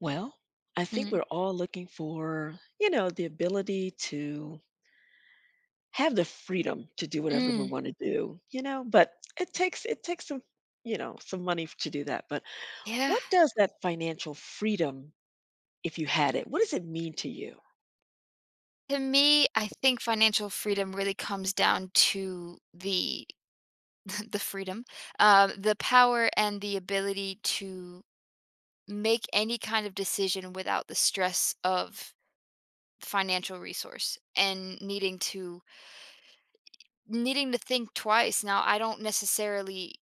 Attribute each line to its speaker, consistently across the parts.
Speaker 1: Well, I think
Speaker 2: Mm,
Speaker 1: we're all looking for, you know, the ability to have the freedom to do whatever we
Speaker 2: mm,
Speaker 1: want to do, you know, but it takes some, you know, some money to do that. But
Speaker 2: yeah.
Speaker 1: what does that financial freedom, if you had it, what does it mean to you?
Speaker 2: To me, I think financial freedom really comes down to the the freedom, the power and the ability to make any kind of decision without the stress of financial resource and needing to think twice. Now, I don't necessarily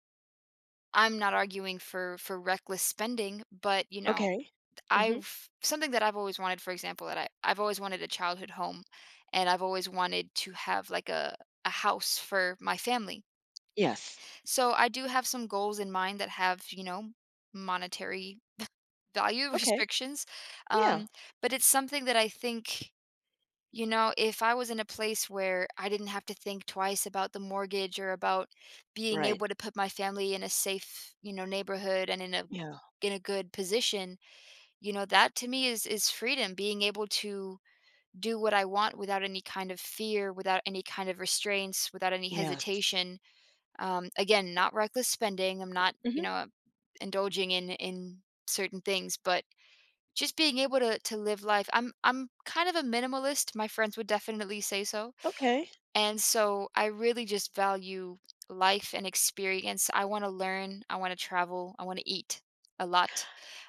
Speaker 2: I'm not arguing for reckless spending, but you know,
Speaker 1: Okay. Hmm.
Speaker 2: I've something that I've always wanted, for example, that I've always wanted a childhood home, and I've always wanted to have like a house for my family.
Speaker 1: Yes.
Speaker 2: So I do have some goals in mind that have you know monetary value
Speaker 1: Okay.
Speaker 2: restrictions,
Speaker 1: Yeah.
Speaker 2: um, but it's something that I think you know if I was in a place where I didn't have to think twice about the mortgage or about being
Speaker 1: Right.
Speaker 2: able to put my family in a safe you know neighborhood and in a
Speaker 1: Yeah.
Speaker 2: in a good position, you know, that to me is freedom, being able to do what I want without any kind of fear, without any kind of restraints, without any
Speaker 1: Yes.
Speaker 2: hesitation. Again, not reckless spending. I'm not, you
Speaker 1: Hmm.
Speaker 2: know, indulging in certain things, but just being able to live life. I'm kind of a minimalist. My friends would definitely say so.
Speaker 1: Okay.
Speaker 2: And so I really just value life and experience. I want to learn. I want to travel. I want to eat a lot.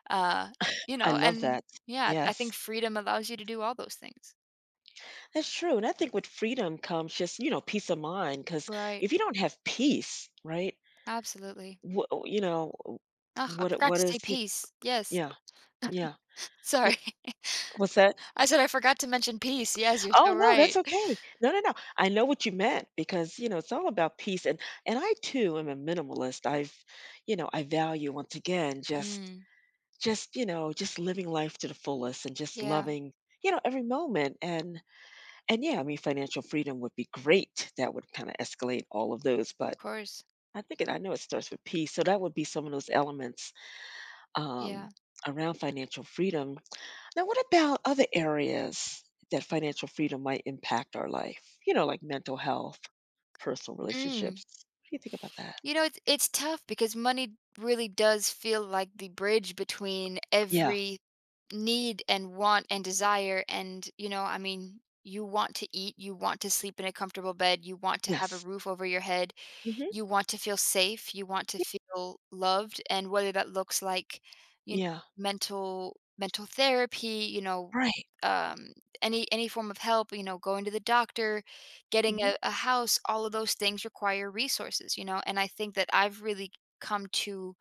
Speaker 2: Uh, you
Speaker 1: I
Speaker 2: know,
Speaker 1: love
Speaker 2: and
Speaker 1: that.
Speaker 2: yeah, I
Speaker 1: Yes.
Speaker 2: think freedom allows you to do all those things.
Speaker 1: That's true. And I think with freedom comes just, you know, peace of mind. Because
Speaker 2: Right.
Speaker 1: if you don't have peace, right?
Speaker 2: Absolutely.
Speaker 1: Wha oh, you know, uh,
Speaker 2: Ugh, I forgot
Speaker 1: what
Speaker 2: to
Speaker 1: is
Speaker 2: say
Speaker 1: y
Speaker 2: peace. Yes.
Speaker 1: yeah, yeah, y
Speaker 2: Sorry.
Speaker 1: what's that?
Speaker 2: I said I forgot to mention peace. Yes, you're so
Speaker 1: Oh, no, that's
Speaker 2: right.
Speaker 1: okay. No, no, no. I know what you meant because, you know, it's all about peace, and I too am a minimalist. I've You know, I value, once again,
Speaker 2: Mm,
Speaker 1: just, you know, just living life to the fullest and just
Speaker 2: yeah,
Speaker 1: loving, you know, every moment, and yeah, I mean, financial freedom would be great. That would kinda escalate all of those,
Speaker 2: of
Speaker 1: but
Speaker 2: course.
Speaker 1: I think it I know it starts with peace, so that would be some of those elements, um,
Speaker 2: Yeah.
Speaker 1: around financial freedom. Now, what about other areas that financial freedom might impact our life? You know, like mental health, personal
Speaker 2: Mm.
Speaker 1: relationships. What do you think about that?
Speaker 2: You know, it's tough because money really does feel like the bridge between
Speaker 1: Yeah.
Speaker 2: every need and want and desire, and, you know, I mean, you want to eat, you want to sleep in a comfortable bed, you want to have a
Speaker 1: Yes.
Speaker 2: roof over your head,
Speaker 1: Hmm.
Speaker 2: you want to feel safe, you want to feel loved, and whether that looks like, you know,
Speaker 1: Yeah.
Speaker 2: mental therapy, you know,
Speaker 1: Right.
Speaker 2: um, any form of help, you know, going to the doctor, getting
Speaker 1: Hmm.
Speaker 2: a house, all of those things require resources, you know. And I think that I've really come to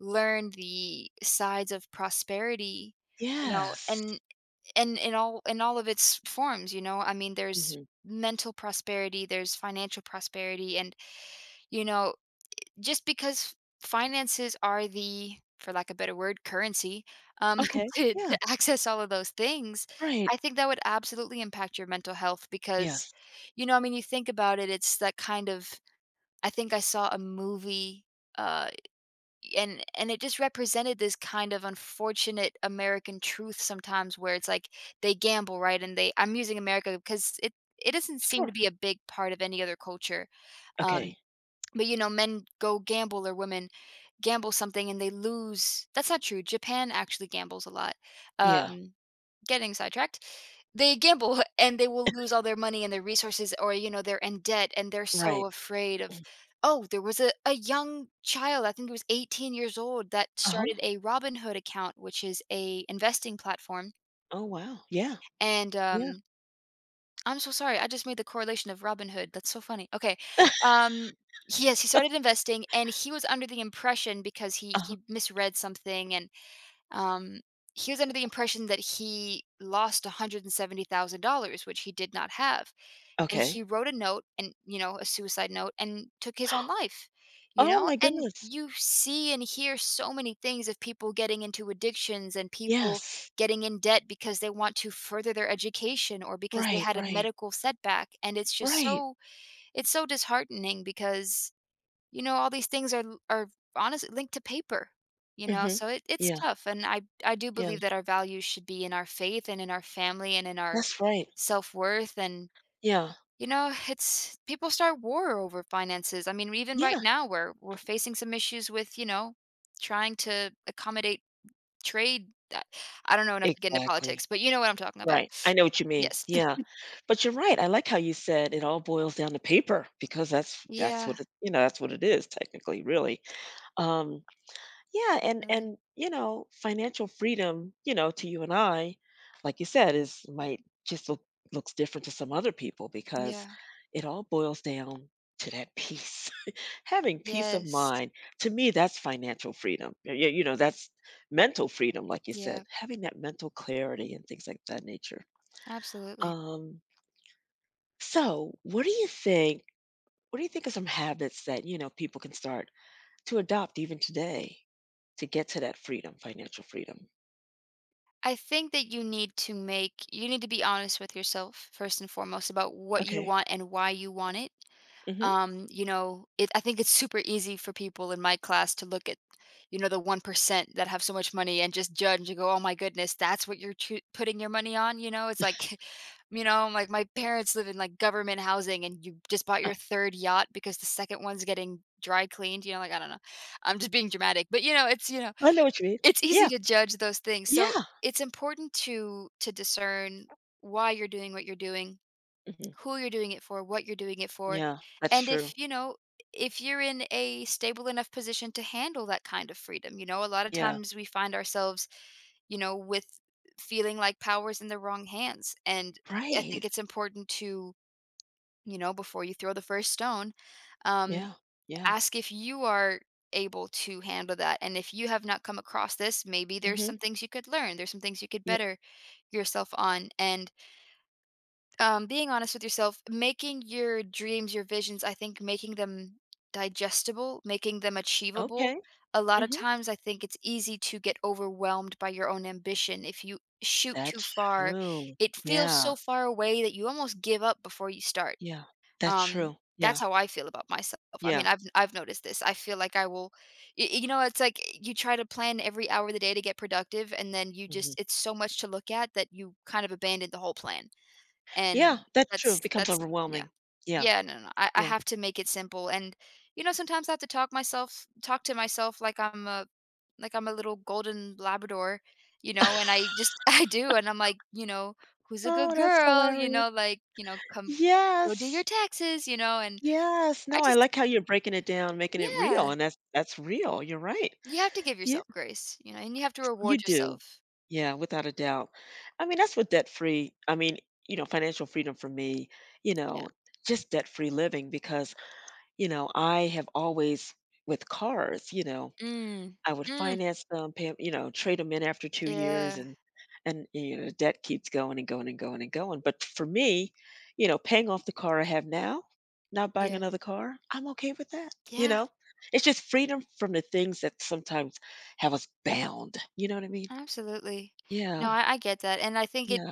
Speaker 2: learn the sides of prosperity, you know,
Speaker 1: Yes.
Speaker 2: and in all of its forms, you know. I mean, there's
Speaker 1: Hmm.
Speaker 2: mental prosperity, there's financial prosperity, and you know, just because finances are the, for lack of a better word, currency, um,
Speaker 1: Okay.
Speaker 2: to
Speaker 1: Yeah.
Speaker 2: to access all of those things, I
Speaker 1: Right.
Speaker 2: think that would absolutely impact your mental health because,
Speaker 1: Yes.
Speaker 2: you know, I mean, you think about it, it's that kind of I think I saw a movie, uh, and it just represented this kind of unfortunate American truth sometimes where it's like they gamble, right? And they I'm using America because it doesn't seem
Speaker 1: Sure.
Speaker 2: to be a big part of any other culture.
Speaker 1: Okay.
Speaker 2: Um but you know, men go gamble or women gamble something and they lose. That's not true, Japan actually gambles a lot.
Speaker 1: Yeah.
Speaker 2: um Getting sidetracked. They gamble and they will lose all their money and their resources, or you know they're in debt and they're so
Speaker 1: Right.
Speaker 2: afraid of oh there was a young child, I think it was 18 years old, that
Speaker 1: Uh huh.
Speaker 2: started a Robinhood account, which is a investing platform,
Speaker 1: Oh, wow. Yeah.
Speaker 2: and
Speaker 1: Yeah.
Speaker 2: I'm so sorry. I just made the correlation of Robin Hood. That's so funny. Okay. Um, yes, he started investing and he was under the impression because
Speaker 1: Uh
Speaker 2: he
Speaker 1: huh.
Speaker 2: he misread something, and um, he was under the impression that he lost $170,000, which he did not have, and
Speaker 1: Okay.
Speaker 2: he wrote a note and, you know, a suicide note and took his own life, you
Speaker 1: Oh
Speaker 2: know?
Speaker 1: my
Speaker 2: And
Speaker 1: goodness.
Speaker 2: you see and hear so many things of people getting into addictions and people
Speaker 1: Yes.
Speaker 2: getting in debt because they want to further their education or because they
Speaker 1: Right.
Speaker 2: had a
Speaker 1: Right.
Speaker 2: medical setback, and it's just
Speaker 1: Right.
Speaker 2: so it's so disheartening because you know, all these things are honestly linked to paper, you know,
Speaker 1: Hmm.
Speaker 2: so it's
Speaker 1: Yeah.
Speaker 2: tough, and I do
Speaker 1: Yeah.
Speaker 2: believe that our values should be in our faith and in our family and in our
Speaker 1: That's right.
Speaker 2: self-worth, and,
Speaker 1: Yeah.
Speaker 2: you know, it's people start war over finances. I mean, even right
Speaker 1: Yeah.
Speaker 2: now, we're facing some issues with, you know, trying to accommodate trade. I don't know enough to get into
Speaker 1: Exactly.
Speaker 2: politics, but you know what I'm talking about.
Speaker 1: Right. I know what you mean.
Speaker 2: Yes.
Speaker 1: Yeah. But you're right. I like how you said it all boils down to paper because that's
Speaker 2: Yeah,
Speaker 1: what it, you know, that's what it is technically, really. Um yeah,
Speaker 2: definitely.
Speaker 1: and you know, financial freedom, you know, to you and I, like you said, is might just looks different to some other people because
Speaker 2: Yeah.
Speaker 1: it all boils down to that peace. Having peace of
Speaker 2: Yes.
Speaker 1: mind, to me, that's financial freedom. Y y You know, that's mental freedom, like you said,
Speaker 2: Yeah,
Speaker 1: having that mental clarity and things like that nature.
Speaker 2: absolutely.
Speaker 1: Um, so what do you think what do you think of some habits that, you know, people can start to adopt even today to get to that freedom, financial freedom?
Speaker 2: I think that you need to be honest with yourself first and foremost about what you
Speaker 1: Okay.
Speaker 2: want and why you want it.
Speaker 1: Mhm.
Speaker 2: You know, I think it's super easy for people in my class to look at, you know, the 1% that have so much money and just judge and go, oh my goodness, that's what you're choo- putting your money on. You know, it's like, you know, like my parents live in like government housing and you just bought
Speaker 1: Uh,
Speaker 2: your third yacht because the second one's getting dry cleaned. You know, like, I don't know. I'm just being dramatic, but you know,
Speaker 1: I know what you mean.
Speaker 2: it's easy
Speaker 1: Yeah.
Speaker 2: to judge those things. So
Speaker 1: Yeah.
Speaker 2: it's important to discern why you're doing what you're doing,
Speaker 1: Mhm.
Speaker 2: who you're doing it for, what you're doing it for,
Speaker 1: Yeah, that's
Speaker 2: and
Speaker 1: true.
Speaker 2: if, you know, if you're in a stable enough position to handle that kind of freedom. You know, a lot of
Speaker 1: Yeah.
Speaker 2: times we find ourselves, you know, with feeling like power's in the wrong hands, and I think
Speaker 1: Right.
Speaker 2: it's important to, you know, before you throw the first stone, um
Speaker 1: Yeah. Yeah.
Speaker 2: ask if you are able to handle that, and if you have not come across this, maybe there's
Speaker 1: Mhm.
Speaker 2: some things you could learn, there's some things you could
Speaker 1: Yeah.
Speaker 2: better yourself on, and being honest with yourself, making your dreams, your visions, I think making them digestible, making them achievable.
Speaker 1: Okay.
Speaker 2: A lot of
Speaker 1: Mhm.
Speaker 2: times I think it's easy to get overwhelmed by your own ambition. If you shoot too
Speaker 1: That's
Speaker 2: far,
Speaker 1: true.
Speaker 2: it feels
Speaker 1: Yeah.
Speaker 2: so far away that you almost give up before you start.
Speaker 1: Yeah, that's
Speaker 2: um,
Speaker 1: true. Yeah,
Speaker 2: that's how I feel about myself. I
Speaker 1: yeah,
Speaker 2: mean, I've noticed this. I feel like I will you know, it's like you try to plan every hour of the day to get productive, and then you
Speaker 1: mhm.
Speaker 2: just it's so much to look at that you kind of abandon the whole plan, and
Speaker 1: Yeah, that's true, it
Speaker 2: that's
Speaker 1: becomes
Speaker 2: that's yeah.
Speaker 1: overwhelming. Yeah,
Speaker 2: Yeah, no, no. I
Speaker 1: yeah.
Speaker 2: have to make it simple. And you know, sometimes I have to talk to myself like I'm a little golden Labrador, you know, and I just I do and I'm like, you know, who's a
Speaker 1: Oh,
Speaker 2: good
Speaker 1: that's
Speaker 2: girl, you
Speaker 1: hilarious.
Speaker 2: know, like, you know, come go do
Speaker 1: Yes,
Speaker 2: your taxes, you know, and
Speaker 1: yes.
Speaker 2: I
Speaker 1: No, I
Speaker 2: just
Speaker 1: like how you're breaking it down, making it real,
Speaker 2: yeah.
Speaker 1: and that's real, you're right.
Speaker 2: You have to give
Speaker 1: Yeah,
Speaker 2: yourself grace, you know, and you have to
Speaker 1: you
Speaker 2: reward
Speaker 1: do.
Speaker 2: yourself.
Speaker 1: Yeah, without a doubt. I mean, that's what you know, financial freedom for me, you
Speaker 2: Yeah.
Speaker 1: know, just debt-free living because, you know, I have always with cars, you know
Speaker 2: Mm.
Speaker 1: I would
Speaker 2: Mm.
Speaker 1: finance them, pay 'em you know, trade them in after 2 years
Speaker 2: Yeah.
Speaker 1: and, you know, debt keeps going and going and going and going, but for me, you know, paying off the car I have now, not buying
Speaker 2: Yeah.
Speaker 1: another car, I'm okay with that, you
Speaker 2: Yeah.
Speaker 1: know? It's just freedom from the things that sometimes have us bound, you know what I mean?
Speaker 2: Absolutely. No,
Speaker 1: Yeah,
Speaker 2: I get that. And I think
Speaker 1: yeah.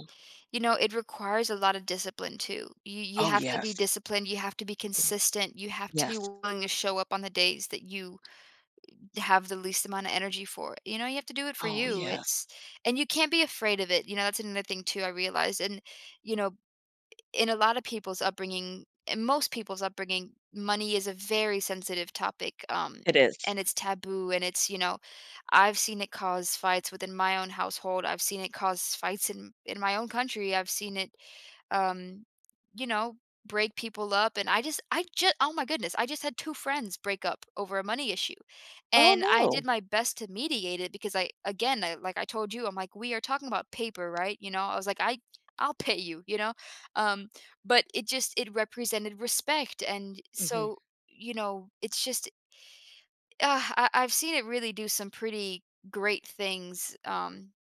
Speaker 2: you know, it requires a lot of discipline too. You
Speaker 1: Oh,
Speaker 2: have to be
Speaker 1: yes.
Speaker 2: disciplined, you have to be consistent, you have to be
Speaker 1: Yes.
Speaker 2: willing to show up on the days that you have the least amount of energy for. You know, you have to do it for
Speaker 1: Oh,
Speaker 2: you.
Speaker 1: yes.
Speaker 2: It's and you can't be afraid of it. You know, that's another thing too I realized. And you know, in a lot of people's upbringing, in most people's upbringing, money is a very sensitive topic.
Speaker 1: It is.
Speaker 2: And it's taboo and it's you know I've seen it cause fights within my own household, I've seen it cause fights in my own country, I've seen it um, you know, break people up. And I just, oh my goodness, I just had two friends break up over a money issue.
Speaker 1: Oh,
Speaker 2: And I
Speaker 1: no.
Speaker 2: did my best to mediate it because I, again, I, like I told you, I'm like, we are talking about paper, right? You know, I was like, I'll pay you, you know? Um, but it just, it represented respect. And
Speaker 1: Mhm.
Speaker 2: so, you know, it's just, I've seen it really do some pretty great things.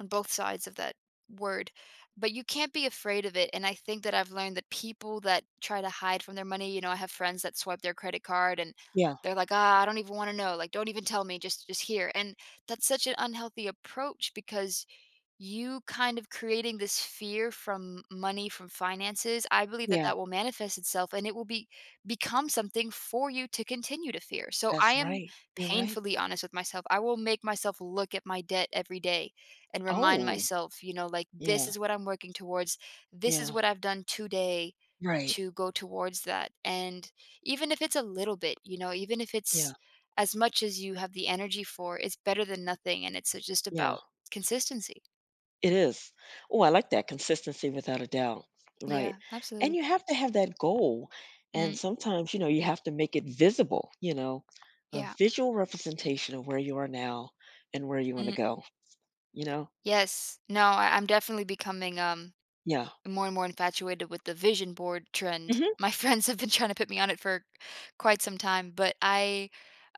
Speaker 2: On both sides of that word. But you can't be afraid of it, and I think that I've learned that people that try to hide from their money, you know, I have friends that swipe their credit card and
Speaker 1: Yeah,
Speaker 2: they're like, ah, I don't even want to know, like, don't even tell me, just here. And that's such an unhealthy approach because you kind of creating this fear from money, from finances. I believe that
Speaker 1: yeah.
Speaker 2: that will manifest itself and it will be become something for you to continue to fear. So I
Speaker 1: That's
Speaker 2: am
Speaker 1: right. You're right.
Speaker 2: painfully honest with myself. I will make myself look at my debt every day and remind
Speaker 1: Oh,
Speaker 2: myself, you know, like this
Speaker 1: yeah,
Speaker 2: is what I'm working towards. This is
Speaker 1: yeah.
Speaker 2: what I've done today
Speaker 1: Right.
Speaker 2: to go towards that. And even if it's a little bit, you know, even if
Speaker 1: Yeah,
Speaker 2: it's as much as you have the energy for, it's better than nothing. And it's just
Speaker 1: yeah.
Speaker 2: about consistency.
Speaker 1: It is. Oh, I like that consistency without a doubt. Right.
Speaker 2: Yeah,
Speaker 1: And
Speaker 2: absolutely.
Speaker 1: you have to have that goal. And
Speaker 2: Mm,
Speaker 1: sometimes, you know, you have to make it visible, you know, a
Speaker 2: yeah.
Speaker 1: visual representation of where you are now and where you want to
Speaker 2: Mm,
Speaker 1: go, you know?
Speaker 2: yes. No, I'm definitely becoming
Speaker 1: Yeah.
Speaker 2: more and more infatuated with the vision board trend.
Speaker 1: Hmm.
Speaker 2: My friends have been trying to put me on it for quite some time, but I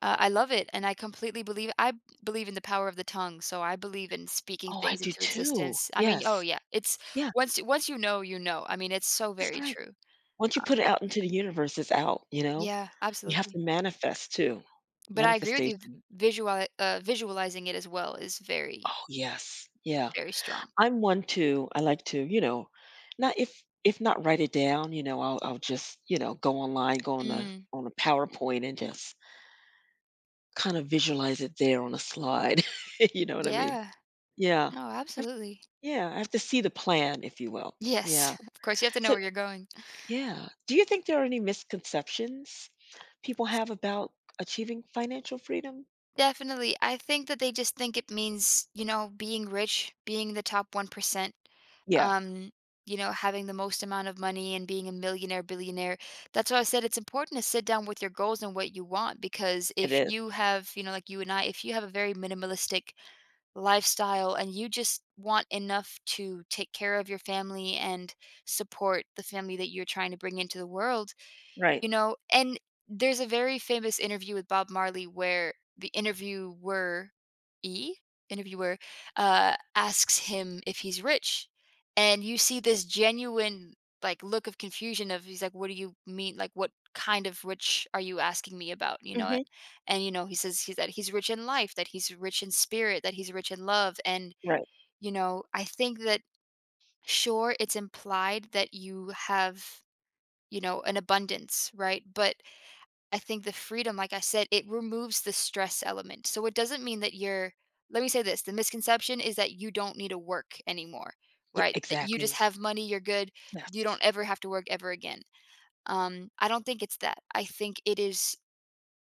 Speaker 2: uh, I love it and I completely believe in the power of the tongue, so I believe in speaking
Speaker 1: Oh, I
Speaker 2: things
Speaker 1: do
Speaker 2: into
Speaker 1: too.
Speaker 2: existence. I mean, oh
Speaker 1: Yes.
Speaker 2: yeah, it's
Speaker 1: Yeah,
Speaker 2: once you know, you know. I mean, it's so
Speaker 1: that's
Speaker 2: very
Speaker 1: right.
Speaker 2: true.
Speaker 1: Once you put it out
Speaker 2: Yeah.
Speaker 1: into the universe, it's out, you know?
Speaker 2: Yeah,
Speaker 1: You have to
Speaker 2: absolutely.
Speaker 1: manifest too.
Speaker 2: But I agree with you.
Speaker 1: Manifestation.
Speaker 2: Visualizing it as well is very
Speaker 1: Oh, yes. Yeah.
Speaker 2: very strong.
Speaker 1: I like to, you know, not if not write it down, you know, I'll just, you know, go online, go
Speaker 2: Mm.
Speaker 1: on a PowerPoint and just kind of visualize it there on a slide. You know what I mean?
Speaker 2: Yeah.
Speaker 1: Yeah.
Speaker 2: No,
Speaker 1: I've
Speaker 2: absolutely.
Speaker 1: Yeah, I have to see the plan, if you will.
Speaker 2: Yes.
Speaker 1: Yeah.
Speaker 2: Of course, you have to know
Speaker 1: So
Speaker 2: where you're going.
Speaker 1: yeah. Do you think there are any misconceptions people have about achieving financial freedom?
Speaker 2: Definitely. I think that they just think it means, you know, being rich, being the top 1%,
Speaker 1: Yeah,
Speaker 2: um, you know, having the most amount of money and being a millionaire, billionaire. That's why I said it's important to sit down with your goals and what you want because
Speaker 1: it
Speaker 2: if
Speaker 1: is.
Speaker 2: you have, you know, like you and I, if you have a very minimalistic lifestyle and you just want enough to take care of your family and support the family that you're trying to bring into the world,
Speaker 1: Right.
Speaker 2: you know, and there's a very famous interview with Bob Marley where the interviewer E interviewer asks him if he's rich. And you see this genuine like look of confusion of he's like, "What do you mean? Like what kind of rich are you asking me about?" You know,
Speaker 1: Mhm.
Speaker 2: and you know, he says he's that he's rich in life, that he's rich in spirit, that he's rich in love. And,
Speaker 1: Right.
Speaker 2: you know, I think that sure it's implied that you have, you know, an abundance, right? But I think the freedom, like I said, it removes the stress element. So it doesn't mean that you're let me say this, the misconception is that you don't need to work anymore,
Speaker 1: Yeah,
Speaker 2: right? That you just
Speaker 1: exactly.
Speaker 2: have money, you're good,
Speaker 1: Yes.
Speaker 2: you don't ever have to work ever again. I don't think it's that. I think it is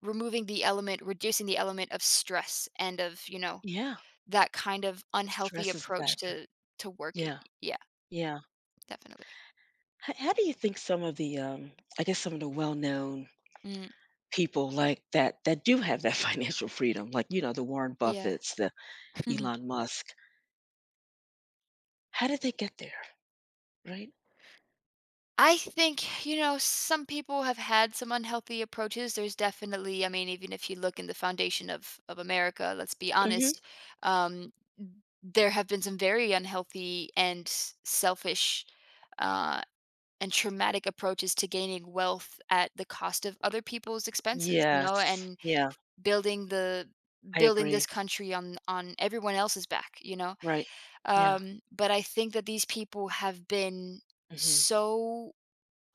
Speaker 2: removing the element, reducing the element of stress and of, you know,
Speaker 1: Yeah.
Speaker 2: that kind of unhealthy
Speaker 1: Stress is a
Speaker 2: approach
Speaker 1: factor.
Speaker 2: to working.
Speaker 1: Yeah.
Speaker 2: Yeah,
Speaker 1: Yeah.
Speaker 2: definitely.
Speaker 1: How do you think some of the, I guess, some of the well-known
Speaker 2: Mm,
Speaker 1: people like that that do have that financial freedom, like you know, the Warren
Speaker 2: yeah.
Speaker 1: Buffets, the Elon Musk, how did they get there? Right?
Speaker 2: I think, you know, some people have had some unhealthy approaches. There's definitely, I mean, even if you look in the foundation of America, let's be honest,
Speaker 1: Hmm.
Speaker 2: um, there have been some very unhealthy and selfish uh, and traumatic approaches to gaining wealth at the cost of other people's expenses, you know,
Speaker 1: Yes.
Speaker 2: and
Speaker 1: Yeah,
Speaker 2: building the
Speaker 1: I
Speaker 2: building
Speaker 1: agree.
Speaker 2: this country on everyone else's back, you know.
Speaker 1: Right. Yeah.
Speaker 2: But I think that these people have been
Speaker 1: Hmm.
Speaker 2: so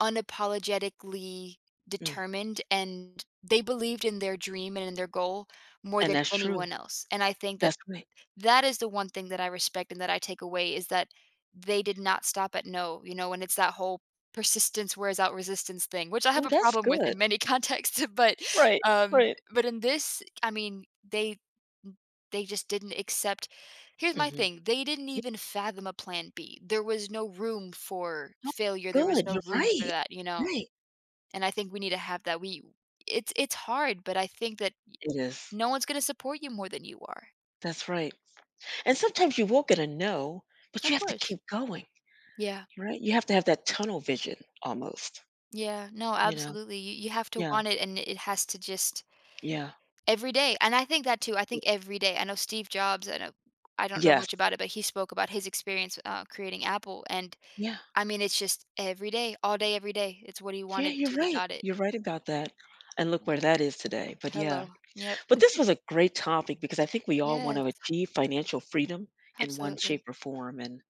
Speaker 2: unapologetically
Speaker 1: Mm.
Speaker 2: determined and they believed in their dream and in their goal more
Speaker 1: And
Speaker 2: than
Speaker 1: that's true.
Speaker 2: anyone else. And I think that
Speaker 1: That's right.
Speaker 2: that is the one thing that I respect and that I take away is that they did not stop at no, you know, and it's that whole persistence wears out resistance thing, which I have
Speaker 1: Oh,
Speaker 2: a
Speaker 1: that's
Speaker 2: problem with in
Speaker 1: good.
Speaker 2: many contexts,
Speaker 1: Right. Right.
Speaker 2: but in this, I mean, they just didn't accept. Here's my
Speaker 1: Hmm.
Speaker 2: thing, they didn't even fathom a plan B. There was no room for failure, there was
Speaker 1: Good.
Speaker 2: no
Speaker 1: You're
Speaker 2: room for
Speaker 1: right.
Speaker 2: that, you know?
Speaker 1: Right.
Speaker 2: And I think we need to have that. We it's hard, but I think that
Speaker 1: It is.
Speaker 2: no one's going to support you more than you are.
Speaker 1: That's right. And sometimes you will get a no, but you
Speaker 2: Of
Speaker 1: have to
Speaker 2: course.
Speaker 1: keep going.
Speaker 2: Yeah.
Speaker 1: Right? You have to have that tunnel vision almost,
Speaker 2: Yeah, no,
Speaker 1: you know?
Speaker 2: absolutely. You have to
Speaker 1: Yeah,
Speaker 2: want it, and it has to just
Speaker 1: yeah.
Speaker 2: every day. And I think that too. I
Speaker 1: Y
Speaker 2: think every day. I know Steve Jobs. I know I don't know
Speaker 1: Yes.
Speaker 2: much about it, but he spoke about his experience creating Apple, and
Speaker 1: Yeah.
Speaker 2: I mean, it's just every day, all day, every day. It's what he
Speaker 1: Yeah,
Speaker 2: wanted
Speaker 1: you're
Speaker 2: until he
Speaker 1: right.
Speaker 2: got it.
Speaker 1: You're right about that, and look
Speaker 2: Yeah.
Speaker 1: where that is today, but yeah.
Speaker 2: Hello. Yep.
Speaker 1: But this was a great topic because I think we all wanna
Speaker 2: Yes.
Speaker 1: achieve financial freedom in one shape
Speaker 2: Absolutely.
Speaker 1: or form,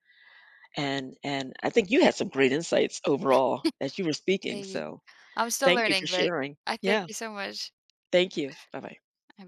Speaker 1: and I think you had some great insights overall as you were speaking,
Speaker 2: Thank you.
Speaker 1: so
Speaker 2: I'm still
Speaker 1: thank you for
Speaker 2: learning, but
Speaker 1: sharing.
Speaker 2: I thank
Speaker 1: Yeah.
Speaker 2: you so much.
Speaker 1: Thank you. Bye-bye.
Speaker 2: Have a